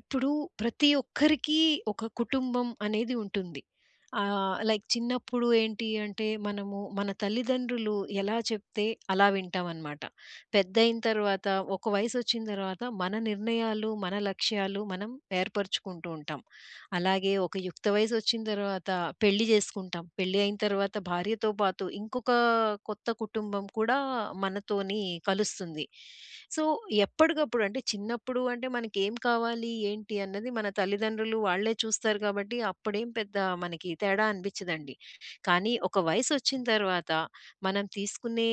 ఇప్పుడు ప్రతి ఒక్కరికి ఒక కుటుంబం అనేది ఉంటుంది. లైక్ చిన్నప్పుడు ఏంటి అంటే మనము మన తల్లిదండ్రులు ఎలా చెప్తే అలా వింటామనమాట. పెద్దయిన తర్వాత ఒక వయసొచ్చిన తర్వాత మన నిర్ణయాలు, మన లక్ష్యాలు మనం ఏర్పరుచుకుంటూ ఉంటాం. అలాగే ఒక యుక్త వయసొచ్చిన తర్వాత పెళ్లి జేసుకుంటాం. పెళ్లి అయిన తర్వాత భార్యతో పాటు ఇంకొక కొత్త కుటుంబం కూడా మనతోని కలుస్తుంది. సో, ఎప్పటికప్పుడు అంటే చిన్నప్పుడు అంటే మనకేం కావాలి, ఏంటి అన్నది మన తల్లిదండ్రులు వాళ్ళే చూస్తారు కాబట్టి అప్పుడేం పెద్ద మనకి తేడా అనిపిచ్చదండి. కానీ ఒక వయసొచ్చిన తర్వాత మనం తీసుకునే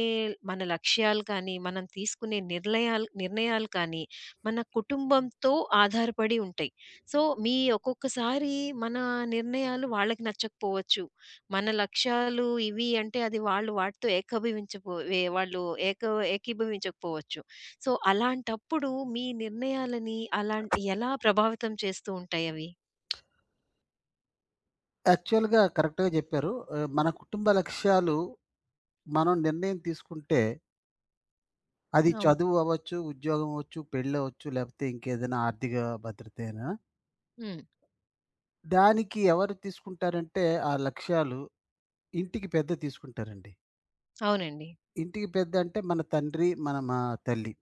మన లక్ష్యాలు కానీ, మనం తీసుకునే నిర్ణయాలు కానీ మన కుటుంబంతో ఆధారపడి ఉంటాయి. సో, మీ ఒక్కొక్కసారి మన నిర్ణయాలు వాళ్ళకి నచ్చకపోవచ్చు. మన లక్ష్యాలు ఇవి అంటే అది వాళ్ళు వాటితో ఏకభవించపో వే వాళ్ళు ఏక ఏకీభవించకపోవచ్చు. సో, అలాంటప్పుడు మీ నిర్ణయాలని అలా ఎలా ప్రభావితం చేస్తూ ఉంటాయవి? యాక్చువల్‌గా కరెక్ట్‌గా జెప్పారు. మన కుటుంబ లక్ష్యాలు మనం నిర్ణయం తీసుకుంటే, అది అవును. చదువు అవ్వచ్చు, ఉద్యోగం అవ్వచ్చు, పెళ్ళవ్వచ్చు, లేపోతే ఇంకేదైనా ఆర్థిక భద్రత అయినా. హ్మ్. దానికి ఎవరు తీసుకుంటారంటే, ఆ లక్ష్యాలు ఇంటికి పెద్ద తీసుకుంటారండి. అవునండి. ఇంటికి పెద్ద అంటే మన తండ్రి, మా తల్లి.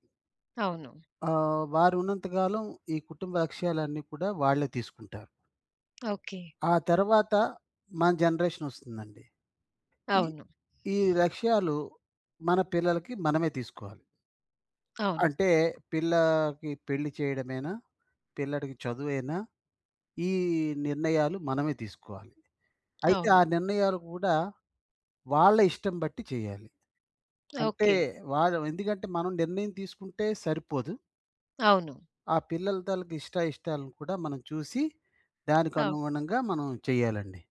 అవును. వారు ఉన్నంత కాలం ఈ కుటుంబ లక్ష్యాలన్నీ కూడా వాళ్ళే తీసుకుంటారు. ఓకే. ఆ తర్వాత మన జనరేషన్ ఒస్తుందండి. ఈ అవును. ఈ లక్ష్యాలు మన పిల్లలకి మనమే తీసుకోవాలి. అవును. అంటే పిల్లకి పెళ్లి చేయడమేనా? పిల్లడికి చదువేనా? ఈ నిర్ణయాలు మనమే తీసుకోవాలి. అయితే ఆ అవును. నిర్ణయాలు కూడా వాళ్ళ ఇష్టం బట్టి చేయాలి. అంటే ఓకే. వాళ్ళు ఎందుకంటే మనం నిర్ణయం తీసుకుంటే సరిపోదు. అవును. ఆ పిల్లల తాలూకు ఇష్టాయిష్టాలను కూడా మనం చూసి దానికి అవును. అనుగుణంగా మనం చేయాలండి.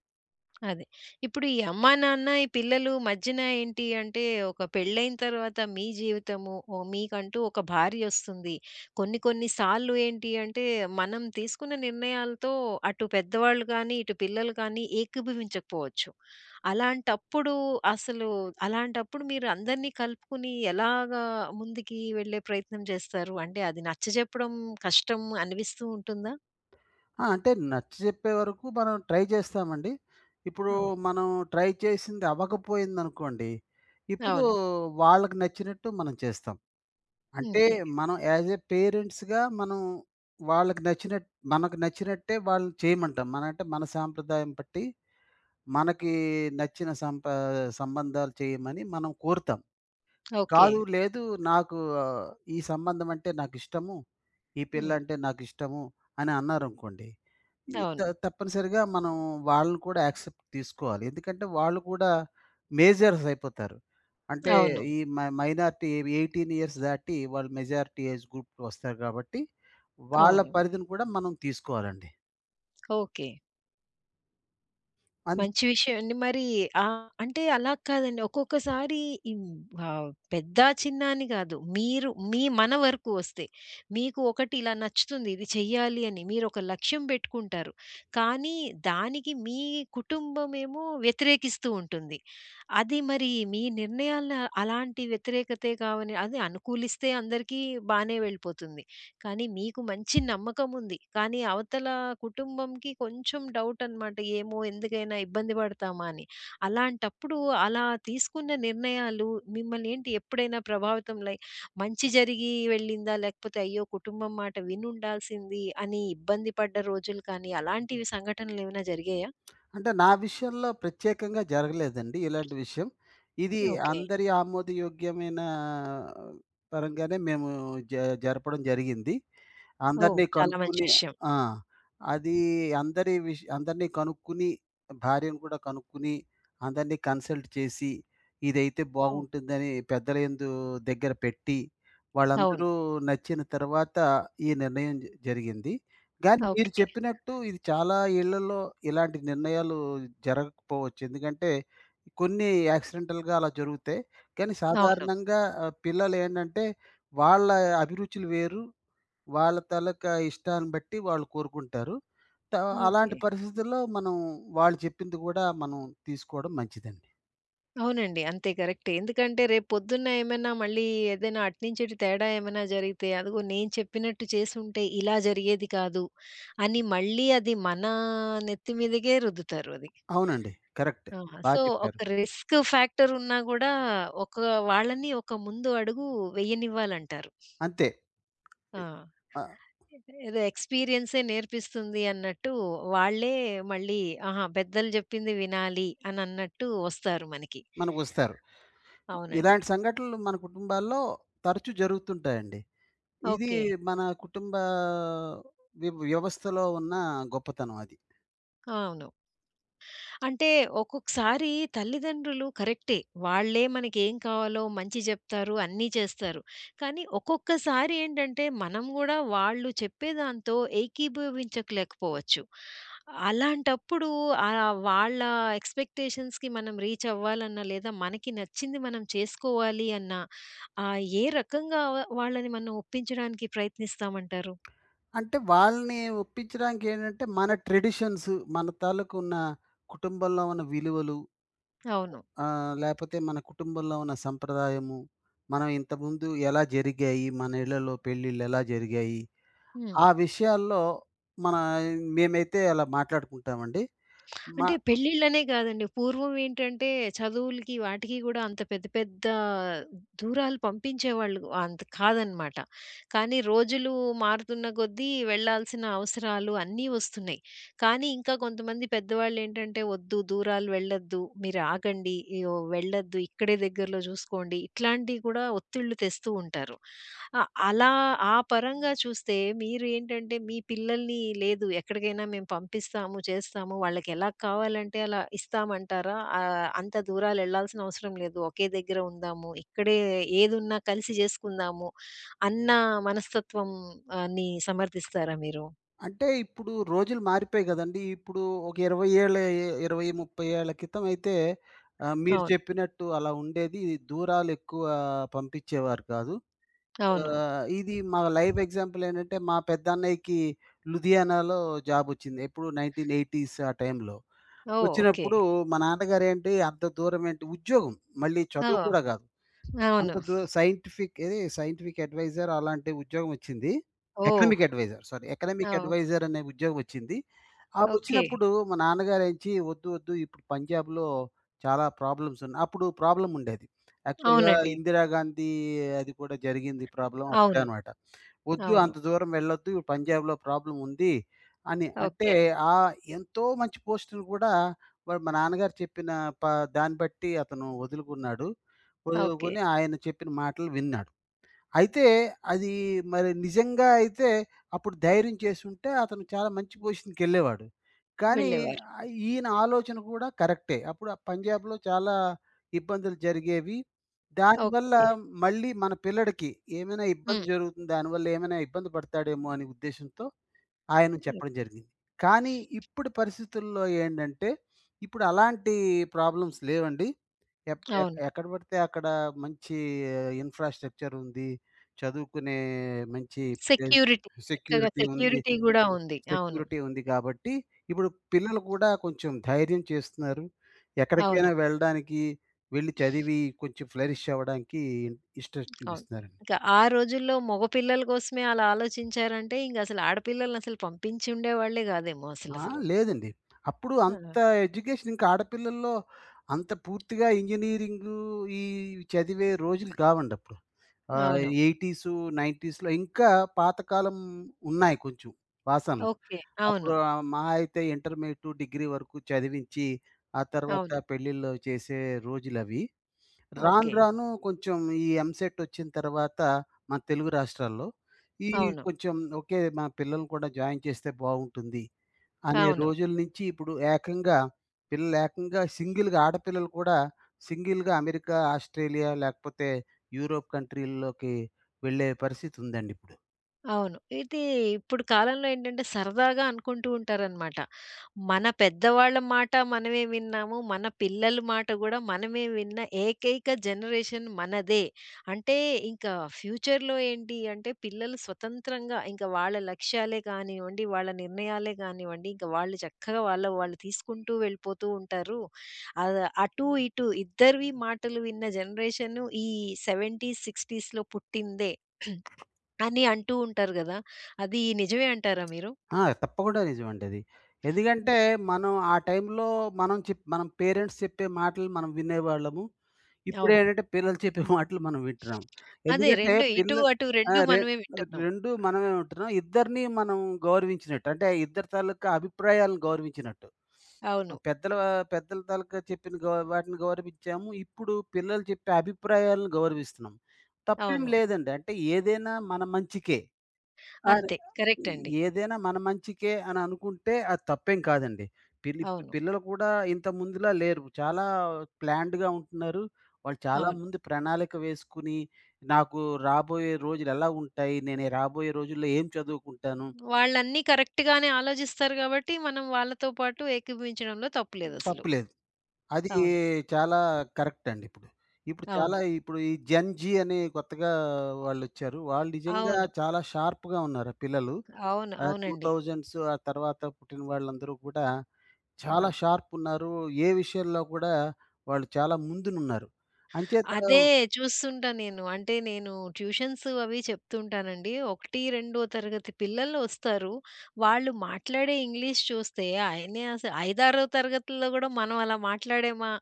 అది. ఇప్పుడు ఈ అమ్మా, నాన్న, ఈ పిల్లలు మధ్యన ఏంటి అంటే ఒక పెళ్ళైన తర్వాత మీ జీవితము, ఓ మీకంటూ ఒక భార్యొస్తుంది. కొన్ని కొన్ని సార్లు ఏంటి అంటే మనం తీసుకున్న నిర్ణయాలతో అటు పెద్దవాళ్ళు కానీ, ఇటు పిల్లలు కానీ ఏకీభవించకపోవచ్చు. అలాంటప్పుడు అసలు అలాంటప్పుడు మీరు అందరినీ కలుపుకొని ఎలాగా ముందుకి వెళ్ళే ప్రయత్నం చేస్తారు? అంటే అది నచ్చజెప్పడం కష్టం అనిపిస్తూ ఉంటుందా? ఆ! అంటే నచ్చజెప్పే వరకు మనం ట్రై చేస్తామండి. ఇప్పుడు అవును. మనం ట్రై చేసింది అవ్వకపోయిందనుకోండి, ఇప్పుడు అవును. వాళ్ళకి నచ్చినట్టు మనం చేస్తాం. అంటే ఓకే. మనం యాజ్ ఏ పేరెంట్స్‌గా మనం వాళ్ళకి నచ్చినట్ మనకు నచ్చినట్టే వాళ్ళు చేయమంటాం. మన అంటే మన సాంప్రదాయం బట్టి మనకి నచ్చిన సంప సంబంధాలు చేయమని మనం కోరుతాం. ఓకే. కాదు. లేదు. నాకు ఆహ్, ఈ సంబంధం అంటే నాకిష్టము. ఈ హ్మ్. పిల్లంటే నాకిష్టము అని అన్నారనుకోండి. ఈ త అవును. తప్పనిసరిగా మనం వాళ్ళని కూడా యాక్సెప్ట్ తీసుకోవాలి. ఎందుకంటే వాళ్ళు కూడా మేజర్స్ అయిపోతారు. అంటే అవును. ఈ మ మైనారిటీ 18 ఇయర్స్ దాటి వాళ్ళు మెజారిటీ ఏజ్ గ్రూప్‌కి వస్తారు కాబట్టి వాళ్ళ అవును. పరిధిని కూడా మనం తీసుకోవాలండి. ఓకే. అందు మంచి విషయం అండి. మరి అంటే అలా కాదండి. ఒక్కొక్కసారి ఈ పెద్ద, చిన్న అని కాదు. మీరు మన వరకు వస్తే, మీకు ఒకటి ఇలా నచ్చుతుంది, ఇది చెయ్యాలి అని మీరొక లక్ష్యం పెట్టుకుంటారు. కానీ దానికి మీ కుటుంబమేమో వ్యతిరేకిస్తూ ఉంటుంది. అది మరి మీ నిర్ణయాల అలాంటి వ్యతిరేకతే కావని అది అనుకూలిస్తే అందరికీ బానే వెళ్ళిపోతుంది. కానీ మీకు మంచి నమ్మకముంది. కానీ అవతల కుటుంబంకి కొంచెం డౌట్ అనమాట. ఏమో ఎందుకైనా ఇబ్బంది పడతామా అని. అలాంటప్పుడు అలా తీసుకున్న నిర్ణయాలు మిమ్మల్ని ఏంటి ఎప్పుడైనా ప్రభావితం లైక్ మంచి జరిగి వెళ్ళిందా? లేకపోతే అయ్యో! కుటుంబం మాట వినుండాల్సింది అని ఇబ్బంది పడ్డ రోజులు కానీ అలాంటివి సంఘటనలేమైనా జరిగాయా? అంటే నా విషయంలో ప్రత్యేకంగా జరగలేదండి ఇలాంటి విషయం. ఇది హ్మ్. ఓకే. అందరి ఆమోదయోగ్యమైన పరంగానే మేము జ జరపడం జరిగింది. ఓహ్! అందరిని చాలా మంచి కనుక్కుని విషయం. ఆ! అది అందరిని కనుక్కుని, భార్యను కూడా కనుక్కుని, అందరిని కన్సల్ట్ చేసి, ఇదైతే ఓహ్! బాగుంటుందని పెద్దల యందు దగ్గర పెట్టి, అవును. వాళ్ళందరూ నచ్చిన తర్వాత ఈ నిర్ణయం జరిగింది. గానీ మీరు ఓకే. చెప్పినట్టు ఇది చాలా ఇళ్లలో ఇలాంటి నిర్ణయాలు జరగకపోవచ్చు. ఎందుకంటే, కొన్ని యాక్సిడెంటల్‌గా అలా జరుగుతాయి. కానీ అవును. సాధారణంగా పిల్లలేంటంటే వాళ్ళ అభిరుచులు వేరు. వాళ్ళ తాలూకా ఇష్టాన్ని బట్టి వాళ్ళు కోరుకుంటారు. త హ్మ్. అలాంటి ఓకే. పరిస్థితుల్లో మనం వాళ్ళు చెప్పింది కూడా మనం తీసుకోవడం మంచిదండి. అవునండి. అంతే కరెక్టే. ఎందుకంటే రేపు పొద్దున్న ఏమైనా మళ్ళీ ఏదైనా అటు నుంచి ఇటు తేడా ఏమైనా జరిగితే, అదిగో నేను చెప్పినట్టు చేసుంటే ఇలా జరిగేది కాదు అని మళ్ళీ అది మన నెత్తి మీదకే రుద్దుతారు అది. అవునండి. కరెక్ట్. ఆ! బా సో, చెప్పారు. ఒక రిస్క్ ఫ్యాక్టర్ ఉన్నా గూడా ఒక వాళ్ళని ఒక ముందు అడుగు వెయ్యనివ్వాలంటారు. అంతే. ఆ! ఎ ఆ! ఏదో ఎక్స్‌పీరియన్సే నేర్పిస్తుంది అన్నట్టు వాళ్ళే మళ్ళీ ఆహా! పెద్దలు జెప్పింది వినాలి అనన్నట్టు వస్తారు మనకి. మనకొస్తారు. అవునండి. ఇలాంటి సంఘటనలు మన కుటుంబాల్లో తరచూ జరుగుతుంటాయండి. ఇది ఓకే. మన కుటుంబ వ్యవస్థలో ఉన్న గొప్పతనం అది. అవును. అంటే ఒక్కొక్కసారి తల్లిదండ్రులు కరెక్టే. వాళ్ళే మనకేం కావాలో మంచి జెప్తారు, అన్నీ చేస్తారు. కానీ ఒక్కొక్కసారి ఏంటంటే మనం గూడా వాళ్ళు చెప్పేదాంతో ఏకీభవించకలేకపోవచ్చు. అలాంటప్పుడు ఆహ్, వాళ్ళ ఎక్స్‌పెక్టేషన్స్‌కి మనం రీచ్ అవ్వాలన్నా, లేదా మనకి నచ్చింది మనం చేసుకోవాలి అన్నా ఏ రకంగా వాళ్ళని మనం ఒప్పించడానికి ప్రయత్నిస్తామంటారు? అంటే వాళ్ళని ఒప్పించడానికి ఏంటంటే మన ట్రెడిషన్స్ మన తాలూకు ఉన్న కుటుంబంలో ఉన్న విలువలు అవును. లేపోతే మన కుటుంబంలో ఉన్న సంప్రదాయము, మనం ఇంతకుముందు ఎలా జరిగాయి, మన ఇళ్ళలో పెళ్ళిళ్ళు ఎలా జరిగాయి, హ్మ్. ఆ విషయాల్లో మన మేమైతే అలా మాట్లాడుకుంటామండి. మ అంటే పెళ్ళిళ్ళనే గాదండి. పూర్వం ఏంటంటే చదువులకి వాటికి గూడా అంత పెద్ద పెద్ద దూరాలు పంపించేవాళ్ళు అంత కాదనమాట. కానీ రోజులు మారుతున్న కొద్దీ వెళ్ళాల్సిన అవసరాలు అన్నీ వస్తున్నాయి. కానీ ఇంకా కొంతమంది పెద్దవాళ్ళేంటంటే, "వద్దు, దూరాలు వెళ్ళొద్దు, మీరాగండి, ఇగో వెళ్ళొద్దు, ఇక్కడే దగ్గరలో చూసుకోండి." ఇట్లాంటియి కూడా ఒత్తిళ్ళు తెస్తూ ఉంటారు. అలా ఆ పరంగా చూస్తే మీరు ఏంటంటే, మీ పిల్లల్ని లేదు ఎక్కడికైనా మేము పంపిస్తాము, చేస్తాము, వాళ్ళకెలా కావాలంటే అలా ఇస్తామంటారా? అంత దూరాలెళ్ళాల్సిన అవసరం లేదు, ఒకే దగ్గర ఉందాము, ఇక్కడే ఏదున్నా కలిసి చేసుకుందాము అన్న మనస్తత్వం ని సమర్థిస్తారా మీరు? అంటే ఇప్పుడు రోజులు మారిపోయాయి గదండీ! ఇప్పుడు ఒక 20 ఏళ్ళ 20, 30 ఏళ్ల క్రితం అయితే మీరు అవును. చెప్పినట్టు అలా ఉండేది. దూరాలు ఎక్కువ పంపించేవారు కాదు. అవును. ఇది మా లైవ్ ఎగ్జాంపుల్ ఏంటంటే, మా పెద్దన్నయ్యకి లూధియానాలో జాబొచ్చింది. ఎప్పుడు 1980స్ ఆ టైంలో. ఓహ్! ఓకే. వచ్చినప్పుడు మా నాన్నగారేంటి అంత దూరమేంటి ఉద్యోగం. మళ్ళీ ఆ! చదువు కూడా గాదు. అవును. అంత దూ సైంటిఫిక్ ఏది సైంటిఫిక్ అడ్వైజర్ అలాంటి ఉద్యోగమొచ్చింది. Economic oh! Adviser sorry. Economic oh! Adviser అనే ఉద్యోగమొచ్చింది. ఆ ఓకే. వచ్చినప్పుడు మా నాన్నగారేంచి "వద్దు వద్దు ఇప్పుడు పంజాబ్‌లో చాలా ప్రాబ్లమ్స్ ఉన్నాయి." అప్పుడు ప్రాబ్లమ్ ఉండేది. యాక్చువల్‌గా అవునండి. ఇందిరాగాంధీ అది కూడా జరిగింది ప్రాబ్లమ్ అప్పుడే అవును. అనమాట. వద్దు అవును. అంత దూరం వెళ్ళొద్దు. పంజాబ్‌లో ప్రాబ్లమ్ ఉంది అని. అంటే ఓకే. ఆహ్, ఎంతో మంచి పోస్టులు కూడా మరి మా నాన్నగారు చెప్పిన ప దాన్ని బట్టి అతను వదులుకున్నాడు. ఓకే. వదులుకొని ఆయన చెప్పిన మాటలు విన్నాడు. అయితే అది మరి నిజంగా అయితే అప్పుడు ధైర్యం చేసుంటే అతను చాలా మంచి పొజిషన్‌కెళ్ళేవాడు. కానీ. వెళ్ళేవారు. ఈయన ఆలోచన కూడా కరెక్టే. అప్పుడు ఆ పంజాబ్‌లో చాలా ఇబ్బందులు జరిగేవి. దానివల్ల ఓకే. మళ్ళీ మన పిల్లడికి ఏమైనా ఇబ్బంది హ్మ్. జరుగుతుంది. దానివల్ల ఏమైనా ఇబ్బంది పడతాడేమో అనే ఉద్దేశ్యంతో ఆయన హ్మ్. చెప్పడం జరిగింది. కానీ ఇప్పుడు పరిస్థితుల్లో ఏంటంటే, ఇప్పుడు అలాంటి ప్రాబ్లమ్స్ లేవండి. ఎక్ ఎక్ అవును. ఎక్కడ పడితే అక్కడ మంచి ఇన్‌ఫ్రాస్ట్రక్చర్ ఉంది. చదువుకునే మంచి ప్లే సెక్యూరిటీ. చక్కగా సెక్యూరిటీ ఉంది. సెక్యూరిటీ గూడా ఉంది. అవును. సెక్యూరిటీ ఉంది కాబట్టి, ఇప్పుడు పిల్లలు కూడా కొంచెం ధైర్యం చేస్తున్నారు. అవును. ఎక్కడికైనా వెళ్ళడానికి, వెళ్లి చదివి కొంచెం ఫ్లరిష్ అవ్వడానికి ఇంట్రెస్ట్ అవును. చూపిస్తున్నారు. ఇంకా ఆ రోజుల్లో మగ పిల్లల కోసమే అలా ఆలోచించారంటే ఇంగసలు ఆడపిల్లలనసలు పంపించి ఉండేవాళ్ళే గాదేమో ఆ! అసలసలు. లేదండి. అప్పుడు అంత ఆ! ఎడ్యుకేషన్ ఇంకా ఆడపిల్లల్లో అంత పూర్తిగా ఇంజినీరింగు ఈ చదివే రోజులు కావండప్పుడు. ఆహ్, అవును. 80, 90స్‌లో ఇంకా పాతకాలం ఉన్నాయి కొంచెం వాసనలు. ఓకే. అవును. అప్పుడు మహా అయితే ఇంటర్మీడియేట్, డిగ్రీ వరకు చదివించి, ఆ తర్వాత అవును. పెళ్ళిళ్ళు చేసే రోజులవి. రాను ఓకే. రాను కొంచెం ఎంసెట్ వచ్చిన తర్వాత మన తెలుగు రాష్ట్రాల్లో, ఈ అవును. కొంచెం ఓకే. మన పిల్లల్ని కూడా జాయిన్ చేస్తే బావుంటుంది. అనే అవును. రోజుల నుంచి ఇప్పుడు ఏకంగా పిల్లలు ఏకంగా సింగిల్‌గా ఆడపిల్లలు కూడా సింగిల్‌గా అమెరికా, ఆస్ట్రేలియా లేకపోతే యూరోప్ కంట్రీల్లోకి వెళ్ళే పరిస్థితి ఉందండి ఇప్పుడు. అవును. ఇది ఇప్పుడు కాలంలో ఏంటంటే సరదాగా అనుకుంటూ ఉంటారనమాట. మన పెద్దవాళ్ళ మాట మనమే విన్నాము. మన పిల్లల మాట గూడా మనమే విన్న ఏకైక జనరేషన్ మనదే. అంటే ఇంకా ఫ్యూచర్‌లో ఏంటి అంటే పిల్లలు స్వతంత్రంగా ఇంకా వాళ్ళ లక్ష్యాలే కానివ్వండి, వాళ్ళ నిర్ణయాలే కానివ్వండి, ఇంకా వాళ్ళు చక్కగా వాళ్ళు తీసుకుంటూ వెళ్ళిపోతూ ఉంటారు. అటు ఇటు ఇద్దరివి మాటలు విన్న జనరేషను ఈ 70, 60స్‌లో పుట్టిందే. అని అంటూ ఉంటారు గదా! అది నిజమే అంటారా మీరు? ఆ! తప్పకుండా నిజమండి అది. ఎందుకంటే హ్మ్. మనం ఆ టైంలో మనం పేరెంట్స్ చెప్పే మాటలు మనం వినేవాళ్ళము. అవును. ఇప్పుడేంటంటే పిల్లలు చెప్పే మాటలు మనం వింటున్నాం. అదే ఎందుకంటే 2 ఇటు, పిల్లలు అటు ఆ! 2 రె మనమే వింటున్నాం. 2 మనమే వింటున్నాం. ఇద్దరిని మనం గౌరవించినట్టు. అంటే ఇద్దరి తాలూకా అభిప్రాయాలను గౌరవించినట్టు. అవును. పెద్దల పెద్దల తాలూకా చెప్పిన వాటిని గౌరవించాము. ఇప్పుడు పిల్లలు చెప్పే అభిప్రాయాలను గౌరవిస్తున్నాం. తప్పేం అవును. లేదండి. అంటే ఏదైనా మన మంచికే. అరే! అంతే. కరెక్ట్ అండి. ఏదైనా మన మంచికే అని అనుకుంటే అది తప్పేం కాదండి. ఇప్పుడు అవును. పిల్లలు కూడా ఇంత ముందులా లేరు. చాలా ప్లాన్డ్‌గా ఉంటున్నారు. వాళ్ళు చాలా అవును. ముందు ప్రణాళిక వేసుకుని, నాకు రాబోయే రోజులు ఎలా ఉంటాయి? నేను ఈ రాబోయే రోజుల్లో ఏం చదువుకుంటాను? వాళ్ళన్నీ కరెక్ట్‌గానే ఆలోచిస్తారు గాబట్టి, మనం వాళ్ళతో పాటు ఏకీభవించడంలో తప్పులేదసలు. తప్పులేదు. అది అవును. చాలా కరెక్ట్ అండి ఇప్పుడు. ఇప్పుడు చాలా అవును. ఇప్పుడు ఈ జెన్ జీ అని కొత్తగా వాళ్ళొచ్చారు. వాళ్ళు నిజంగా అవును. చాలా షార్ప్‌గా ఉన్నారు ఆ పిల్లలు. అవును. అవునండి. 2000స్ ఆ తర్వాత పుట్టిన వాళ్ళందరూ కూడా చాలా అవును. షార్ప్ ఉన్నారు. ఏ విషయంలో కూడా వాళ్ళు చాలా ముందునున్నారు. అంచేత అదే చూస్తుంటా నేను. అంటే నేను ట్యూషన్స్ అవి చెప్తుంటానండి. 1, 2 తరగతి పిల్లలు వస్తారు. వాళ్ళు మాట్లాడే ఇంగ్లీష్ చూస్తే ఆయనే అసలు 5, 6 తరగతుల్లో గూడా మనం అలా మాట్లాడామా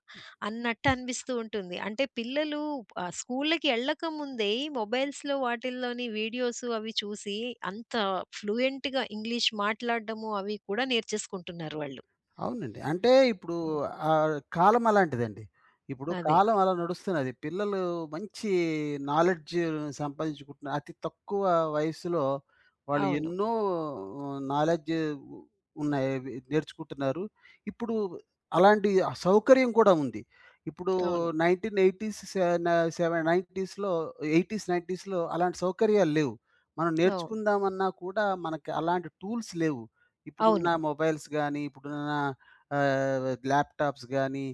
అన్నట్టు అనిపిస్తూ ఉంటుంది. అంటే పిల్లలు స్కూల్‌కి ఎళ్ళకముందే ఈ మొబైల్స్‌లో వాటిల్లోని వీడియోస్ అవి చూసి అంత ఫ్లూయెంట్‌గా ఇంగ్లీష్ మాట్లాడడము అవి కూడా నేర్చేసుకుంటున్నారు వాళ్ళు. అవునండి. అంటే ఇప్పుడు కాలం అలాంటిదండి. ఇప్పుడు అదే. కాలం అలా నడుస్తున్నది. పిల్లలు మంచి నాలెడ్జ్ సంపాదించుకుంటున్నారు. అతి తక్కువ వయస్సులో వాళ్ళు అవును. ఎన్నో నాలెడ్జ్ ఉన్నాయి. అవి నేర్చుకుంటున్నారు. ఇప్పుడు అలాంటి సౌకర్యం కూడా ఉంది. ఇప్పుడు అవును. 1980స్ సె న సెవె 90స్‌లో 80స్, 90స్‌లో అలాంటి సౌకర్యాలు లేవు. మనం అవు నేర్చుకుందామన్నా కూడా మనకి అలాంటి టూల్స్ లేవు. ఇప్పుడున్న అవును. మొబైల్స్ గానీ, ఆహ్, ల్యాప్‌టాప్స్ గానీ,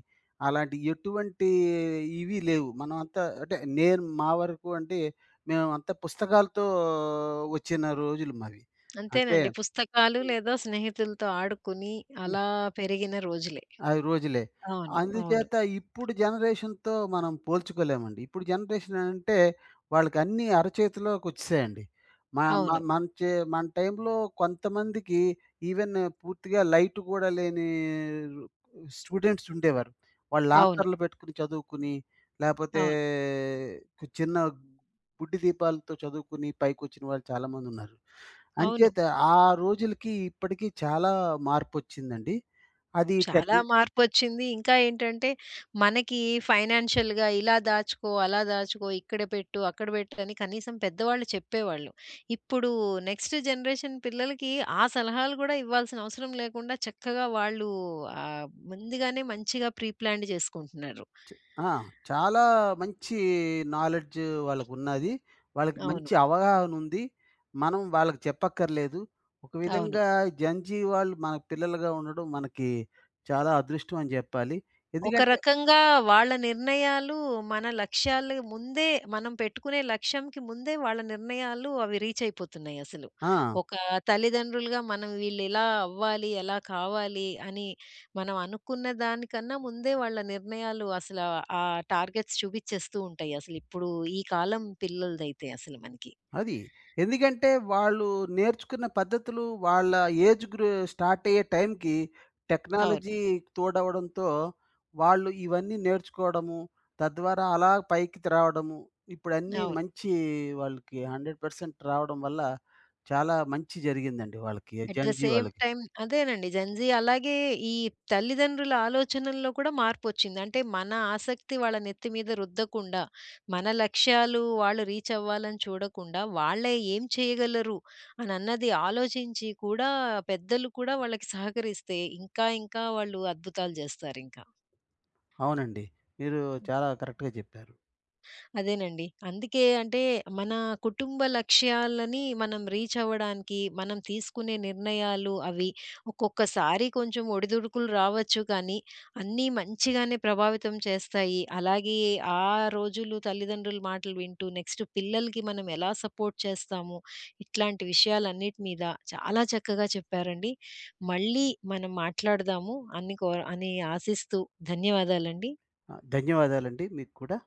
అలాంటి ఎటువంటి ఇవి లేవు. మనం అంతా అంటే నేను మా వరకు అంటే మేమంతా పుస్తకాలతో వచ్చిన రోజులు మావి. అంటే అంతేనండి. పుస్తకాలు లేదా స్నేహితులతో ఆడుకుని అలా పెరిగిన రోజులే. అవి రోజులే. అవును. అవును. అందుచేత ఇప్పుడు జనరేషన్‌తో మనం పోల్చుకోలేమండి. ఇప్పుడు జనరేషన్ అంటే వాళ్ళకన్నీ అరచేతిలోకొచ్చేసాయండి. మ మ అవును. మన చే మన టైంలో కొంతమందికి ఈవెన్ పూర్తిగా లైట్ గూడా లేని స్టూడెంట్స్ ఉండేవారు. వాళ్ళు అవును. లాంతర్లు పెట్టుకొని చదువుకుని, లేపోతే అవును. చిన్న బుడ్డి దీపాలతో చదువుకుని పైకొచ్చిన వాళ్ళు చాలామందున్నారు. అవును. అంచేత ఆ రోజులకి ఇప్పటికి చాలా మార్పొచ్చిందండి. అది టెక్ చాలా మార్పొచ్చింది. ఇంకా ఏంటంటే మనకి ఫైనాన్షియల్‌గా ఇలా దాచుకో, అలా దాచుకో, ఇక్కడ పెట్టు, అక్కడ పెట్టు అని కనీసం పెద్దవాళ్ళు చెప్పేవాళ్ళు. ఇప్పుడు నెక్స్ట్ జనరేషన్ పిల్లలకి ఆ సలహాలు కూడా ఇవ్వాల్సిన అవసరం లేకుండా చక్కగా వాళ్ళు ముందుగానే మంచిగా ప్రీ ప్లాన్డ్ చేసుకుంటున్నారు. ఆ! చాలా మంచి నాలెడ్జ్ వాళ్ళకున్నది. వాళ్ళకి అవును. మంచి అవగాహనుంది. మనం వాళ్ళకి చెప్పక్కర్లేదు. ఒక అవును. విధంగా జెన్‌జీ వాళ్ళు మన పిల్లలుగా ఉండడం మనకి చాలా అదృష్టం అని జెప్పాలి. ఒక ఎందుకంటే రకంగా వాళ్ళ నిర్ణయాలు మన లక్ష్యాలు ముందే మనం పెట్టుకునే లక్ష్యంకి ముందే వాళ్ళ నిర్ణయాలు అవి రీచ్ అయిపోతున్నాయి అసలు. ఆ! ఒక తల్లిదండ్రులుగా మనం వీళ్ళిలా అవ్వాలి, ఎలా కావాలి అని మనం అనుకున్న దానికన్నా ముందే వాళ్ళ నిర్ణయాలు అసలు ఆ టార్గెట్స్ చూపిచ్చేస్తూ ఉంటాయి అసలు ఇప్పుడు ఈ కాలం పిల్లలదైతే అసలు మనకి. అది. ఎందుకంటే వాళ్ళు నేర్చుకున్న పద్ధతులు వాళ్ళ ఏజ్ గ్రూ స్టార్ట్ అయ్యే టైంకి టెక్నాలజీ అవును. తోడవడంతో వాళ్ళు ఇవన్నీ నేర్చుకోవడము, తద్వారా అలా పైకి రావడము. ఇప్పుడన్నీ అవునండి. మంచి వాళ్ళకి 100% రావడం వల్ల చాలా మంచి జరిగిందండి వాళ్ళకి. At the gen Z same వాళ్ళకి. టైమ్ అదేనండి జెన్‌జీ అలాగే ఈ తల్లిదండ్రుల ఆలోచనల్లో కూడా మార్పొచ్చింది. అంటే మన ఆసక్తి వాళ్ళ నెత్తి మీద రుద్దకుండా, మన లక్ష్యాలు వాళ్ళు రీచ్ అవ్వాలని చూడకుండా, వాళ్ళే ఏం చేయగలరు అనన్నది ఆలోచించి కూడా పెద్దలు కూడా వాళ్ళకి సహకరిస్తే ఇంకా ఇంకా వాళ్ళు అద్భుతాలు చేస్తారింకా. అవునండి. మీరు చాలా కరెక్ట్‌గా చెప్పారు. అదేనండి. అందుకే అంటే మన కుటుంబ లక్ష్యాలని మనం రీచ్ అవ్వడానికి మనం తీసుకునే నిర్ణయాలు అవి ఒక్కొక్కసారి కొంచెం ఒడిదుడుకులు రావచ్చు కానీ అన్నీ మంచిగానే ప్రభావితం చేస్తాయి. అలాగే ఆ రోజులు తల్లిదండ్రుల మాటలు వింటూ నెక్స్ట్ పిల్లలకి మనం ఎలా సపోర్ట్ చేస్తాము? ఇట్లాంటి విషయాలన్నిటి మీద చాలా చక్కగా చెప్పారండి. మళ్ళీ మనం మాట్లాడదాము అని కో అని ఆశిస్తూ ధన్యవాదాలండి. ఆ! ధన్యవాదాలండి మీకు కూడా.